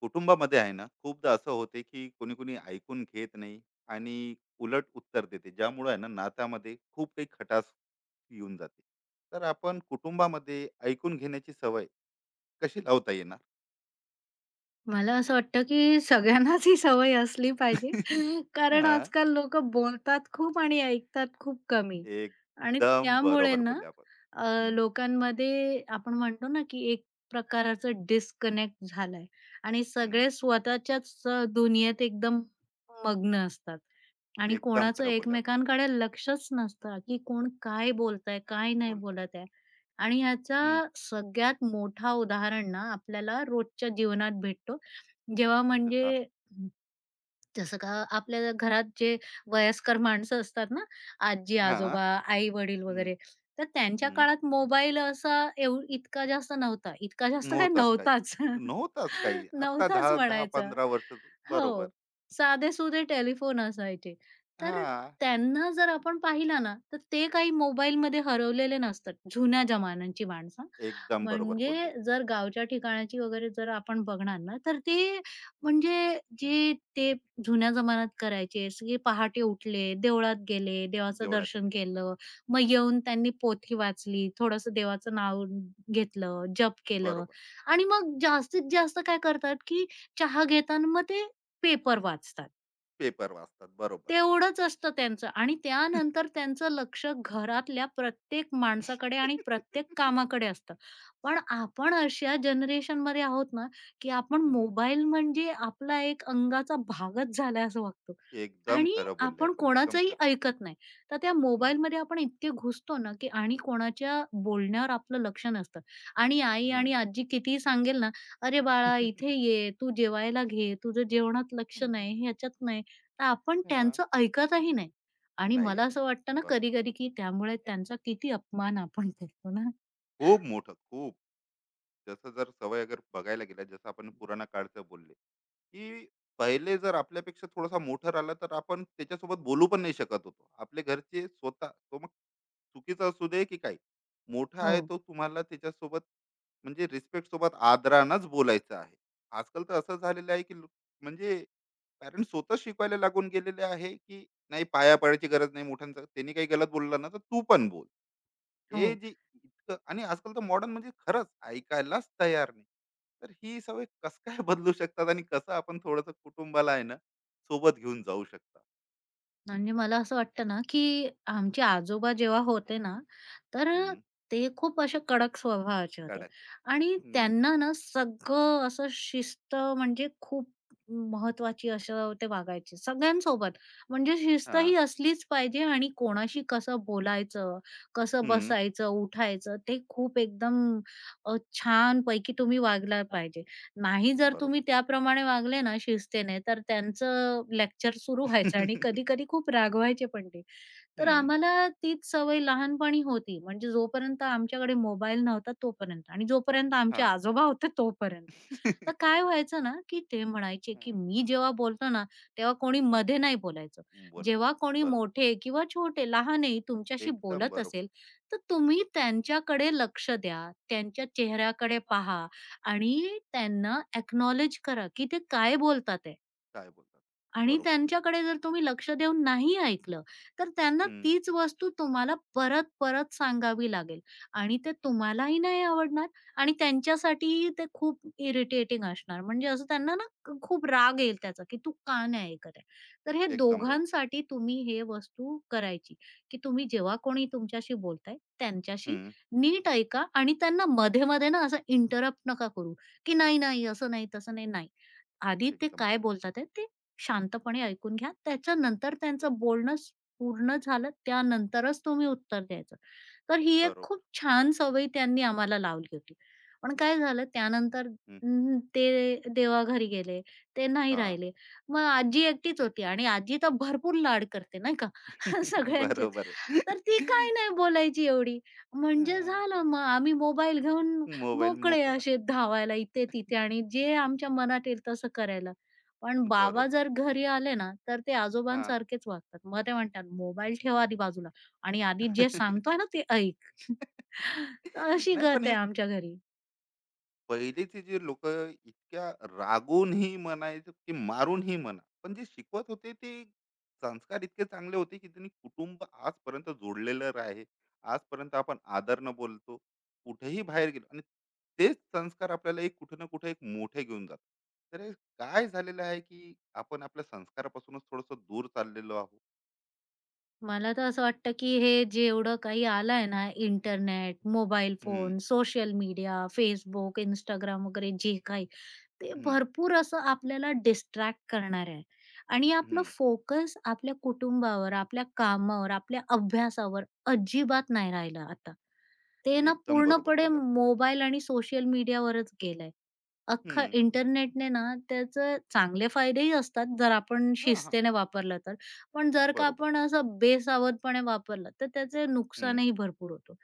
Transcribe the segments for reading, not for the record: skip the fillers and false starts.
कुटुंबामध्ये आहे ना, खूपदा असं होते की कोणी कोणी ऐकून घेत नाही आणि उलट उत्तर देते, ज्यामुळे आहे ना, नात्यामध्ये खूप काही खटास येऊन जाते. तर आपण कुटुंबामध्ये ऐकून घेण्याची सवय कशी लावता येणार? मला असं वाटतं, की सगळ्यांनाच ही सवय असली पाहिजे. कारण हा, आजकाल लोकं बोलतात खूप आणि ऐकतात खूप कमी. आणि एकदम त्यामुळे बरोबर ना बोलले आपण. हम्म, लोकांमध्ये आपण म्हणतो ना, की एक प्रकाराचं डिस्कनेक्ट झालाय आणि हम्म, सगळे स्वतःच्याच दुनियेत एकदम मग्न असतात. आणि एकदम कोणाचं खरं बोलले आपण, एकमेकांकडे लक्षच नसतं, की कोण काय बोलतंय, काय नाही बोलताय. बोलत आहे. आणि ह्याचा हम्म, सगळ्यात मोठा उदाहरण ना आपल्याला रोजच्या जीवनात भेटतो. जेव्हा म्हणजे जसा, जसं का आपल्या घरात जे वयस्कर माणसं असतात ना, हा, आजी-आजोबा, आई-वडील हम्म, वगैरे, तर त्यांच्या हम्म, काळात मोबाईल असा इतका जास्त नव्हता. इतका जास्त नऊ काय तास काही नव्हताच. नऊ तास काही आता नव्हताच दहा दहा म्हणायचा. 15 वर्ष. हो. बरोबर. साधे-सुधे टेलिफोन असायचे. तर हा, त्यांना जर आपण पाहिलं ना, तर ते काही मोबाईलमध्ये हरवलेले नसतात, जुन्या जमान्यांची माणसं. एकदम बरोबर म्हणजे बोलले. जर गावच्या ठिकाणाची वगैरे जर आपण बघणार ना, तर ती म्हणजे जे ते जुन्या जमान्यात करायचे, की पहाटे उठले, देवळात गेले, देवाचं देवळात गेले. दर्शन केलं, मग येऊन त्यांनी पोथी वाचली, थोडंसं देवाचं नाव घेतलं, जप केलं बरोबर. आणि मग जास्तीत जास्त काय करतात, की चहा घेताना मग ते पेपर वाचतात. पेपर वाचतात. बरोबर. तेवढंच असतं त्यांचं आणि त्यानंतर त्यांचं लक्ष घरातल्या प्रत्येक माणसाकडे आणि प्रत्येक कामाकडे असतं. पण आपण अशा जनरेशनमध्ये आहोत ना, की आपण हं. मोबाईल म्हणजे आपला एक अंगाचा भागच झालाय असं वागतो एकदम आणि खरं बोलले आपण आपण. एकदम कोणाचंही खरं. ऐकत नाही. तर त्या नाही. मोबाईलमध्ये आपण इतके घुसतो ना, की आणि कोणाच्या बोलण्यावर आपलं लक्ष नसतं आणि आई हं. आणि आजी कितीही सांगेल ना, "अरे बाळा, हं, इथे ये, तू जेवायला घे, तुझं जेवणात लक्ष हं. नाही, ह्याच्यात नाही." तर आपण हां. त्यांचं ऐकतही नाही आणि नाही मला असं ऐकत. वाटतं ना बरोबर. कधी-कधी की त्यामुळे त्यांचा किती अपमान आपण करतो ना. खूप मोठं. खूप. जसं जर सवय अगर बघायला गेला, जसं आपण पुराणा काळचं बोलले, की पहिले जर आपल्यापेक्षा थोडासा मोठा राहिला, तर आपण त्याच्यासोबत बोलू पण नाही शकत होतो. आपले घरचे स्वतः, तो मग चुकीचा असू दे की काय, मोठा आहे, हो, तो तुम्हाला त्याच्यासोबत म्हणजे रिस्पेक्ट सोबत, आदरानच बोलायचं आहे. आजकाल तर असं झालेलं आहे की म्हणजे पॅरेंट्स स्वतः शिकवायला लागून गेलेले आहे, की नाही, पाया पडायची गरज नाही, मोठ्यांचं त्यांनी काही गलत बोललं ना, तर तू पण बोल. हे हो. जे इतकं, आणि आजकाल तर मॉडर्न म्हणजे खरंच ऐकायलाच तयार नाही. तर ही सवय कस काय बदलू शकतात, आणि कसं आपण थोडंसं कुटुंबाला आहे ना, सोबत घेऊन जाऊ शकता? म्हणजे मला असं वाटतं ना, की आमचे आजोबा जेव्हा होते ना, तर हं, ते खूप असे कडक स्वभावाचे होते कडक. आणि हं, त्यांना ना सगळं असं शिस्त म्हणजे खूप महत्त्वाची असं ते वागायचे सगळ्यांसोबत. म्हणजे शिस्त हां. ही असलीच पाहिजे आणि कोणाशी कसं बोलायचं, कसं हं, बसायचं, उठायचं ते खूप एकदम अ, छानपैकी तुम्ही वागला पाहिजे. नाही जर बरोबर. तुम्ही त्याप्रमाणे वागले ना शिस्तीने, तर त्यांचं लेक्चर सुरू व्हायचं आणि कधी-कधी खूप रागवायचे पण ते. तर हं, आम्हाला तीच सवय लहानपणी होती. म्हणजे जोपर्यंत आमच्याकडे मोबाईल नव्हता तोपर्यंत आणि जोपर्यंत आमचे हां. आजोबा होते तोपर्यंत. तर काय व्हायचं ना, की ते म्हणायचे, की हां, मी जेव्हा बोलतो ना, तेव्हा कोणी हं. मध्ये नाही बोलायचं. जेव्हा बोलायचं. कोणी बरोबर. मोठे किंवा छोटे, लहानही तुमच्याशी एकदम बोलत बरोबर. असेल, तर तुम्ही त्यांच्याकडे लक्ष द्या, त्यांच्या चेहऱ्याकडे पहा आणि त्यांना अॅक्नॉलेज करा, की ते काय बोलतात काय बोलतात? आणि बरोबर. त्यांच्याकडे जर तुम्ही लक्ष देऊन नाही ऐकलं, तर त्यांना हं, तीच वस्तू तुम्हाला परत-परत सांगावी लागेल आणि ते तुम्हालाही नाही आवडणार आणि त्यांच्यासाठीही ते खूप इरिटेटिंग असणार. म्हणजे असं त्यांना ना खूप राग येईल त्याचा, की तू का नाही ऐकत आहे? तर हे एकदम बरोबर. दोघांसाठी तुम्ही हे वस्तू करायची, की तुम्ही जेव्हा कोणी तुमच्याशी बोलताय, त्यांच्याशी हं, नीट ऐका आणि त्यांना मध्ये-मध्ये ना असं इंटरप्ट नका करू, की नाही, नाही, असं नाही, तसं नाही, नाही. आधी ते एकदम काय बरोबर. बोलतात ते शांतपणे ऐकून घ्या. त्याच्यानंतर त्यांचं बोलणं पूर्ण झालं, त्यानंतरच तुम्ही उत्तर द्यायचं. तर ही एक बरोबर. खूप छान सवय त्यांनी आम्हाला लावली होती. पण काय झालं त्यानंतर हं, ते देवाघरी गेले, ते नाही हां. राहिले. मग आजी एकटीच होती आणि आजी तर भरपूर लाड करते नाही का सगळ्यांचेच. बरोबर. तर ती काय नाही बोलायची एवढी. म्हणजे हां. झालं मग आम्ही मोबाईल घेऊन मोबाईल मोकळे मुका. असे धावायला इथे-तिथे आणि जे आमच्या मनात येईल तसं करायला. पण बाबा बरोबर. जर घरी आले ना, तर ते हां. आजोबांसारखेच वागतात. मग ते म्हणतात, "मोबाईल ठेवा आधी बाजूला आणि आधी जे सांगतोय ना ते ऐक." तर अशी नाही, पण गत आहे हे आमच्या घरी. पहिलेचे जे लोकं इतक्या रागूनही म्हणायचं, की मारूनही म्हणा, पण जे शिकवत होते ते संस्कार इतके चांगले होते, की त्यांनी कुटुंब आजपर्यंत जोडलेलं आहे. आजपर्यंत आपण आदरनं बोलतो. कुठेही बाहेर गेलो, आणि तेच संस्कार आपल्याला एक कुठे ना कुठे एक मोठे घेऊन जातात. तर हे काय झालेलं आहे, की आपण आपल्या संस्कारापासूनच थोडंसं दूर चाललेलो आहोत. मला तर असं वाटतं, की हे जेवढं काही आलंय ना इंटरनेट, मोबाईल हं, phone, social media, Facebook, Instagram वगैरे जे काही, ते हं, भरपूर असं आपल्याला डिस्ट्रॅक्ट करणारं आहे. आणि आपलं हं. फोकस आपल्या कुटुंबावर, आपल्या कामावर, आपल्या अभ्यासावर अजिबात नाही राहिलं आता. ते ना एकदम बरोबर पूर्णपणे बोलले आपण. मोबाईल आणि सोशल मीडियावरच गेलंय. अख्खा हं. इंटरनेटने ना त्याचं चांगले फायदेही असतात जर आपण हा, हां. शिस्तीने वापरलं तर. पण जर का बरोबर. आपण असं बेसावधपणे वापरलं तर त्याचे हं. नुकसानही भरपूर होतं.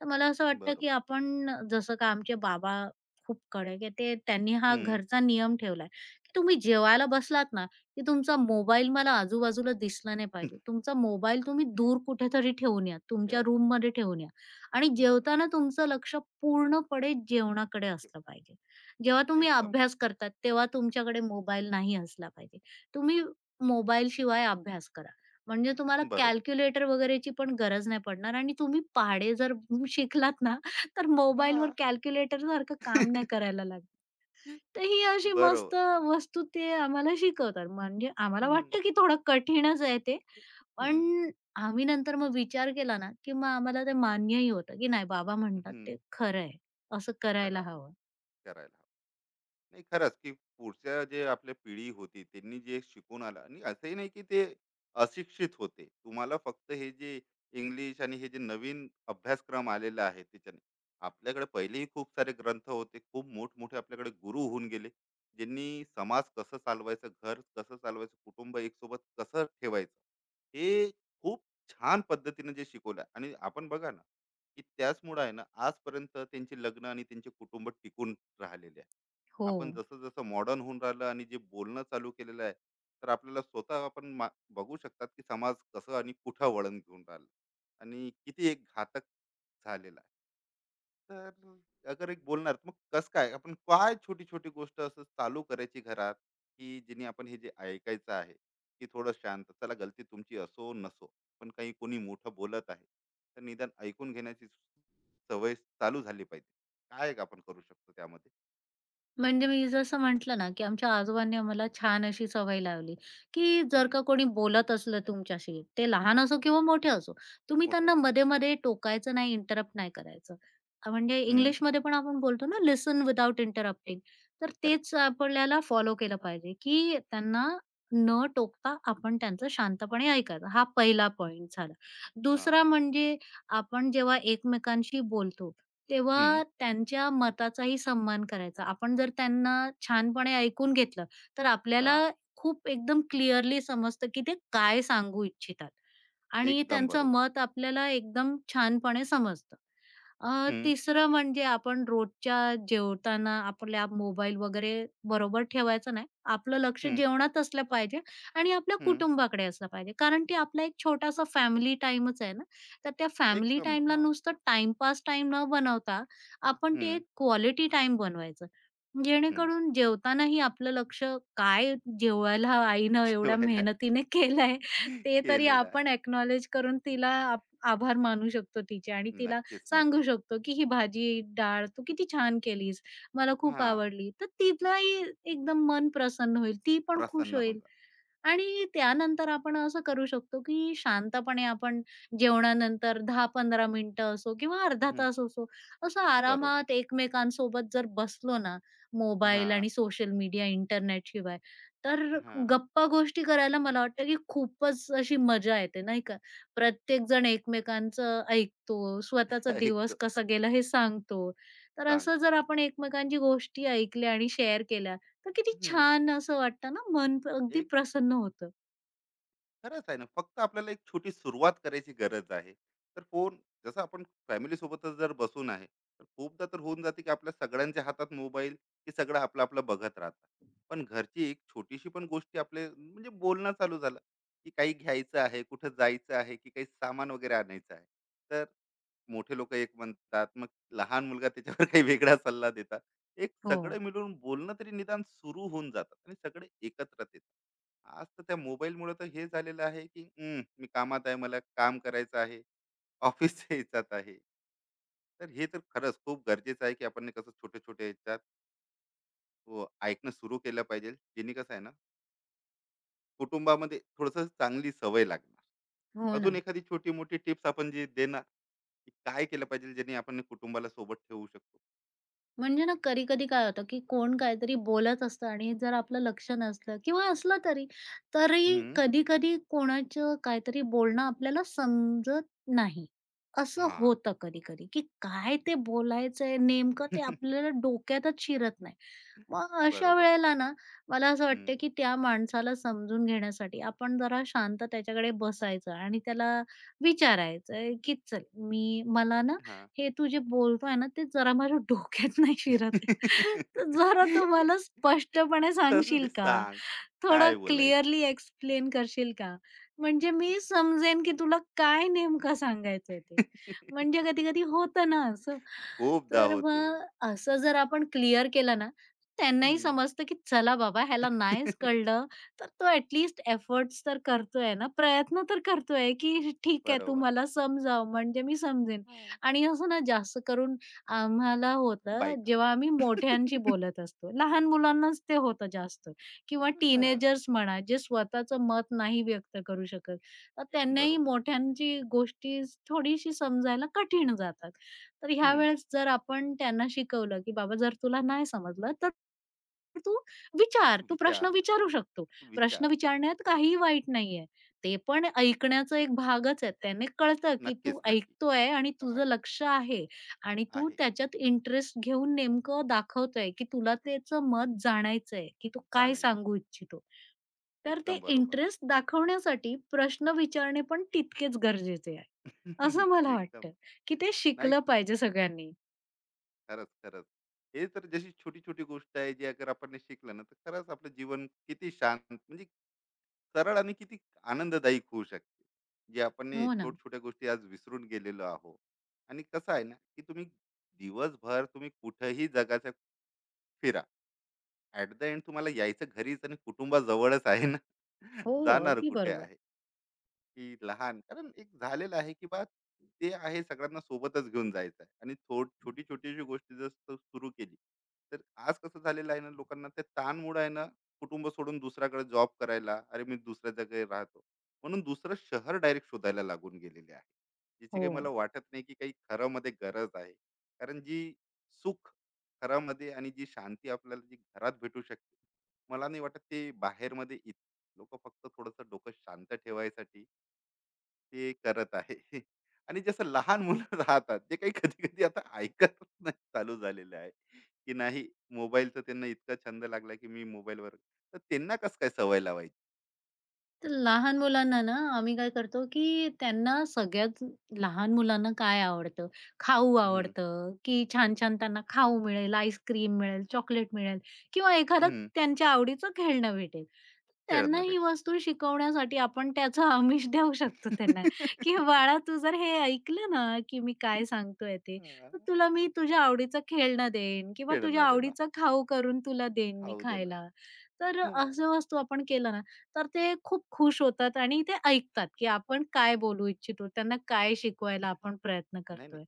तर मला असं वाटतं, बरोबर. की आपण जसं का आमचे बाबा खूप कडक आहे. ते त्यांनी हा हं. घरचा नियम ठेवलाय, की तुम्ही जेवायला बसलात ना, की तुमचा मोबाईल मला आजूबाजूला दिसला नाही पाहिजे. तुमचा मोबाईल तुम्ही दूर कुठेतरी ठेवून या. तुमच्या ठेवा. रूममध्ये ठेवून या आणि बरोबर. जेवताना तुमचं लक्ष पूर्णपणे जेवणाकडे ठेवा. असलं पाहिजे. जेव्हा तुम्ही एकदम अभ्यास करतात, तेव्हा तुमच्याकडे मोबाईल नाही असला पाहिजे. तुम्ही मोबाईलशिवाय अभ्यास करा. म्हणजे तुम्हाला बरोबर. कॅल्क्युलेटर वगैरेची पण गरज नाही पडणार आणि तुम्ही पहाडे जर शिकलात ना, तर मोबाईलवर हां. कॅल्क्युलेटर सारखं काम नाही करायला लागत. तर ही अशी बरोबर. मस्त वस्तू ते आम्हाला शिकवतात. म्हणजे आम्हाला हं. वाटतं की थोडं कठीणच आहे ते, हं. पण आम्ही नंतर मग विचार केला ना, की मग आम्हाला ते मान्यही होतं, की नाही बाबा म्हणतात हं. ते खरं आहे. असं करायला खरं हवं. करायला हवं. नाही, खरंच की पुढच्या जे आपल्या पिढी होती, त्यांनी जे शिकून आलं, आणि असंही नाही की ते अशिक्षित होते. तुम्हाला फक्त हे जे इंग्लिश आणि हे जे नवीन अभ्यासक्रम आलेला आहे त्याच्याने, आपल्याकडे पहिलेही खूप सारे ग्रंथ होते. खूप मोठमोठे आपल्याकडे गुरु होऊन गेले, ज्यांनी समाज कसं चालवायचं, घर कसं चालवायचं, कुटुंब एकसोबत कसं ठेवायचं, हे खूप छान पद्धतीने जे शिकवलं. आणि आपण बघा ना, की त्याचमुळे आहे ना, आजपर्यंत त्यांचे लग्न आणि त्यांचे कुटुंब टिकून राहिलेले आहे. हो. आपण जसं जसं मॉडर्न होऊन राहिलं आणि जे बोलणं चालू केलेलं आहे, तर आपल्याला स्वतः आपण बघू शकतात की समाज कसं आणि कुठं वळण घेऊन राहिलं, आणि किती एक घातक झालेला आहे. तर अगर एक बोलणार, तर मग कसं काय आपण काय छोटी छोटी गोष्ट असं चालू करायची घरात, की जिने आपण हे जे ऐकायचं आहे, की थोडं शांत चला, गलती तुमची असो नसो, पण काही कोणी मोठं बोलत आहे तर निदान ऐकून घेण्याची सवय चालू झाली पाहिजे. काय एक आपण करू शकतो त्यामध्ये? म्हणजे मी जसं म्हटलं ना, की आमच्या आजोबांनी आम्हाला छान अशी सवय लावली, की जर हम्म, का कोणी बोलत असलं तुमच्याशी, ते लहान असो किंवा मोठे असो, तुम्ही मोठं. त्यांना मध्ये-मध्ये टोकायचं नाही, इंटरप्ट नाही करायचं. म्हणजे हं, इंग्लिशमध्ये पण आपण बोलतो ना, लिसन विदाउट इंटरप्टिंग. तर करेक्ट. तेच आपल्याला फॉलो केलं पाहिजे, की त्यांना न टोकता आपण त्यांचं शांतपणे ऐकायचं. हा पहिला पॉइंट झाला. हां, दुसरा म्हणजे आपण जेव्हा एकमेकांशी बोलतो, हं, तेव्हा त्यांच्या मताचाही सन्मान करायचा. आपण जर त्यांना छानपणे ऐकून घेतलं, तर आपल्याला हां. खूप एकदम क्लिअरली समजतं, की ते काय सांगू इच्छितात आणि एकदम त्यांचं बरोबर. मत आपल्याला एकदम छानपणे समजतं. हं, तिसरं म्हणजे आपण रोजच्या जेवताना आपल्या मोबाईल वगैरे बरोबर ठेवायचा नाही. आपलं लक्ष हं, जेवणात असलं पाहिजे आणि आपल्या हं. कुटुंबाकडे असलं पाहिजे. कारण ते आपला एक छोटासा फॅमिली टाईमच आहे ना. तर त्या फॅमिली एकदम टाईमला हां, नुसतं टाईमपास टाइम न बनवता, आपण ते हं, एक क्वालिटी टाइम बनवायचं. हं. जेणेकरून जेवतानाही आपलं लक्ष काय जेवायला आईनं एवढ्या जेवायला मेहनतीने केलंय, ते तरी केलेलं आहे. आपण अॅक्नॉलेज करून तिला आभार मानू शकतो तिचे आणि तिला नक्कीच, सांगू नक्की. शकतो, की "ही भाजी, डाळ तू किती छान केलीस. मला खूप हां, आवडली." तर तिलाही एकदम मन प्रसन्न होईल. ती पण खुश प्रसन्न होऊन होईल. जा. आणि त्यानंतर आपण असं करू शकतो, की शांतपणे आपण जेवणानंतर 10-15 मिनिटं असो किंवा अर्धा हं, तास असो, असं बरोबर. आरामात एकमेकांसोबत जर बसलो ना, मोबाईल हां, आणि सोशल मीडिया, इंटरनेटशिवाय, तर हां. गप्पा-गोष्टी करायला मला वाटतं, की खूपच अशी मजा येते, नाही का? प्रत्येकजण एकमेकांचं ऐकतो, स्वतःचा दिवस ऐकतो, कसा गेला हे सांगतो. तर असं सांगतो. जर आपण एकमेकांची गोष्टी ऐकल्या आणि शेअर केल्या तर किती हं, छान असं वाटतं ना, अगदी प्रसन्न होतं. खरंच आहे ना. फक्त आपल्याला एक छोटी सुरुवात करायची गरज आहे. तर फोन, जसं आपण फॅमिली सोबतच जर बसून आहे, तर खूपदा तर होऊन जाते, की आपल्या सगळ्यांच्या हातात मोबाईल, की सगळं आपलं-आपलं बघत राहतात. पण घरची एक छोटीशी पण गोष्टी, आपले म्हणजे बोलणं चालू झालं, की काही घ्यायचं आहे, कुठं जायचं आहे, की काही सामान वगैरे आणायचं आहे. तर मोठे लोकं एक म्हणतात, मग लहान मुलगा त्याच्यावर काही वेगळा सल्ला देतात. एक हो, सगळं मिळून बोलणं तरी निदान सुरू होऊन जातात आणि सगळे एकत्रच येतात. आज तर त्या मोबाईलमुळे तर हे झालेलं आहे, की " मी कामात आहे, मला काम करायचं आहे, ऑफिसच्या ह्याच्यात आहे." तर हे तर खरंच खूप गरजेचं आहे, की आपण हे कसं छोटे छोट्या ह्याच्यात ऐकणं सुरू केलं पाहिजे. जेणे कसं आहे ना, कुटुंबामध्ये थोडंसं चांगली सवय लागणार. हो ना. अजून एखादी छोटी-मोठी टिप्स आपण जी देणार, की काय केलं पाहिजे जेणे आपण कुटुंबाला सोबत ठेवू शकतो? म्हणजे ना कधी-कधी काय होतं, की कोण काहीतरी बोलत असतं आणि जर आपलं लक्ष नसलं किंवा असलं तरी, तरी हं, कधी-कधी कोणाचं काहीतरी बोलणं आपल्याला समजत नाही. असं हां. होतं कधी-कधी, की काय ते बोलायचंय नेमकं ते आपल्याला डोक्यातच शिरत नाही. मग अशा बरोबर. वेळेला ना, मला असं हं, वाटतं, की त्या माणसाला समजून घेण्यासाठी आपण जरा शांत त्याच्याकडे बसायचं आणि त्याला विचारायचं, की "चल, मला ना हां. हे तू जे बोलतोय ना, ते जरा माझ्या डोक्यात नाही शिरत आहे. तर जरा तू मला स्पष्टपणे सांगशील सासूने का? सांग, थोडं काय बोलायचं? क्लिअरली एक्सप्लेन करशील का? म्हणजे मी समजेन, की तुला काय नेमकं सांगायचंय ते. म्हणजे कधी-कधी होतं ना असं. खूपदा तर होते. मग असं जर आपण क्लिअर केलं ना, त्यांनाही हं. समजतं, की चला बाबा ह्याला नाहीच कळलं, तर तो ॲटलीस्ट एफर्ट्स तर करतोय ना, प्रयत्न तर करतोय, की ठीक आहे तू बरोबर. मला समजाव म्हणजे मी समजेन. हां. आणि असं ना जास्त करून आम्हाला होतं, बायका. जेव्हा आम्ही मोठ्यांशी बोलत असतो. लहान मुलांनाच ते होतं जास्त. किंवा हां. टीनेजर्स म्हणा, जे स्वतःचं मत नाही व्यक्त करू शकत. तर त्यांनाही बरोबर. मोठ्यांची गोष्टी थोडीशी समजायला कठीण जातात. तर ह्या हं. वेळेस जर आपण त्यांना शिकवलं, की "बाबा जर तुला नाही समजलं तर तू विचार, तू प्रश्न विचार, विचारू शकतो. प्रश्न विचार. विचारण्यात काहीही वाईट नाहीये." ते पण ऐकण्याचा एक एक भागच आहे. त्याने कळतं, की नक्कीच, तू नक्की. ऐकतोय आणि काय तुझं लक्ष आहे. आणि तू आहे त्याच्यात इंटरेस्ट घेऊन नेमकं दाखवतोय, की तुला त्याचं मत जाणायचंय, की तो काय जाणायचं. सांगू इच्छितो. तर ते एकदम बरोबर. इंटरेस्ट दाखवण्यासाठी प्रश्न विचारणे पण तितकेच गरजेचे आहे. असं मला एकदम. वाटतं, की ते नाही, शिकलं पाहिजे सगळ्यांनी. खरंच, खरंच. हे तर जशी छोटी-छोटी गोष्ट आहे, जी अगर आपण शिकलं ना, तर खरंच आपलं जीवन किती शांत, म्हणजे सरळ आणि किती आनंददायी होऊ शकते. जे आपण हे हो ना. छोट-छोट्या गोष्टी आज विसरून गेलेलो आहो, आणि कसं आहे ना, की तुम्ही दिवसभर तुम्ही कुठेही जगाच्या फिरा, ॲट द एंड तुम्हाला यायचं घरीच आणि कुटुंबाजवळच आहे ना. हो, जाणार अगदी कुठे बरोबर. आहे? की लहान, कारण एक झालेलं आहे की ते आहे, सगळ्यांना सोबतच घेऊन जायचं आहे आणि थोड छोटी छोटीशी गोष्टी जर सुरू केली, तर आज कसं झालेलं आहे ना, लोकांना ते ताणमुळे आहे ना, कुटुंब सोडून दुसऱ्याकडे जॉब करायला, अरे, मी दुसऱ्या जागी राहतो म्हणून दुसरं शहर डायरेक्ट शोधायला लागून गेलेले आहे. ज्याची हो. काही मला वाटत नाही की काही खरं मध्ये गरज आहे. कारण जी सुख घरामध्ये, आणि जी शांती आपल्याला जी घरात भेटू शकते, मला नाही वाटत ते बाहेरमध्ये. लोक फक्त थोडंसं डोकं शांत ठेवायसाठी ते करत आहे. आणि जसं लहान मुलं राहतात, जे काही कधी-कधी आता ऐकतच नाही चालू झालेलं आहे, की नाही, मोबाईलचा त्यांना इतका छंद लागला, की मी मोबाईलवर, तर त्यांना कसं काय सवय लावायची? तर लहान मुलांना ना आम्ही काय करतो की त्यांना सगळ्यात लहान मुलांना काय आवडतं? खाऊ हं, आवडतं, की छान-छान त्यांना खाऊ मिळेल, आईस्क्रीम मिळेल, चॉकलेट मिळेल किंवा एखादं हं, त्यांच्या आवडीचं खेळणं भेटेल. त्यांना खेळणं ही भेटेल. वस्तू शिकवण्यासाठी आपण त्याचं आमिष देऊ शकतो त्यांना, की "बाळा तू जर हे ऐकलं ना, की मी काय सांगतोय ते, तर हां, तुला मी तुझ्या आवडीचं खेळणं देईन किंवा तुझ्या खेळणं देणार, आवडीचं खाऊ करून तुला देईन मी खाऊ देणार. खायला." तर हां, असं वस्तू आपण केलं ना, तर ते खूप खुश होतात आणि ते ऐकतात, की आपण काय बोलू इच्छितो, त्यांना काय शिकवायला आपण प्रयत्न नाही, नाही. करतोय.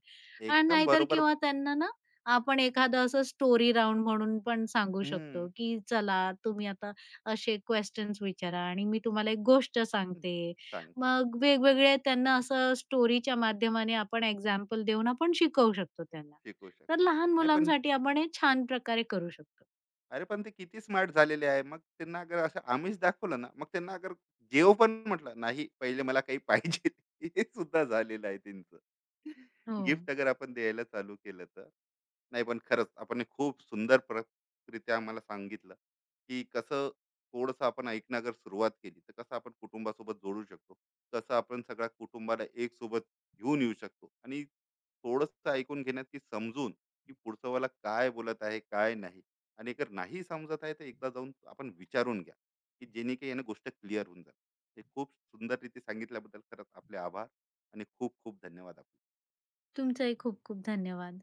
आणि एकदम नाहीतर बरोबर. किंवा त्यांना ना आपण एखादं असं स्टोरी राउंड म्हणून पण सांगू हं, शकतो, की चला तुम्ही आता असे क्वेशन्स विचारा आणि मी तुम्हाला एक गोष्ट सांगते. सांगते, मग वेगवेगळे त्यांना असं स्टोरीच्या माध्यमाने आपण एक्झाम्पल देऊन आपण शिकवू शकतो त्यांना. शिकवू शकतो. तर लहान नाही, पण मुलांसाठी आपण हे छान प्रकारे करू शकतो. अरे, पण ते किती स्मार्ट झालेले आहे. मग त्यांना अगर असं आमिष दाखवलं ना, मग त्यांना अगर जेव पण म्हटलं, "नाही, पहिले मला काही पाहिजे." हे सुद्धा झालेलं आहे त्यांचं. हो. गिफ्ट अगर आपण द्यायला चालू केलं तर. नाही, पण खरंच आपण हे खूप सुंदर रित्या आम्हाला सांगितलं, की कसं थोडंसं आपण ऐकणं अगर सुरुवात केली, तर कसं आपण कुटुंबासोबत जोडू शकतो. कसं आपण सगळ्या कुटुंबाला एक सोबत घेऊन येऊ शकतो, आणि थोडंसं ऐकून घेण्यात, की समजून, की पुढचा वाला काय बोलत आहे, काय नाही. आणि जर नाही समजत आहे, तर एकदा जाऊन आपण विचारून घ्या की जेणे काही यानं गोष्ट क्लिअर होऊन जाईल. हे खूप सुंदर रीती सांगितल्याबद्दल खरंच आपले आभार आणि खूप खूप धन्यवाद आपले. तुमचंही खूप खूप धन्यवाद.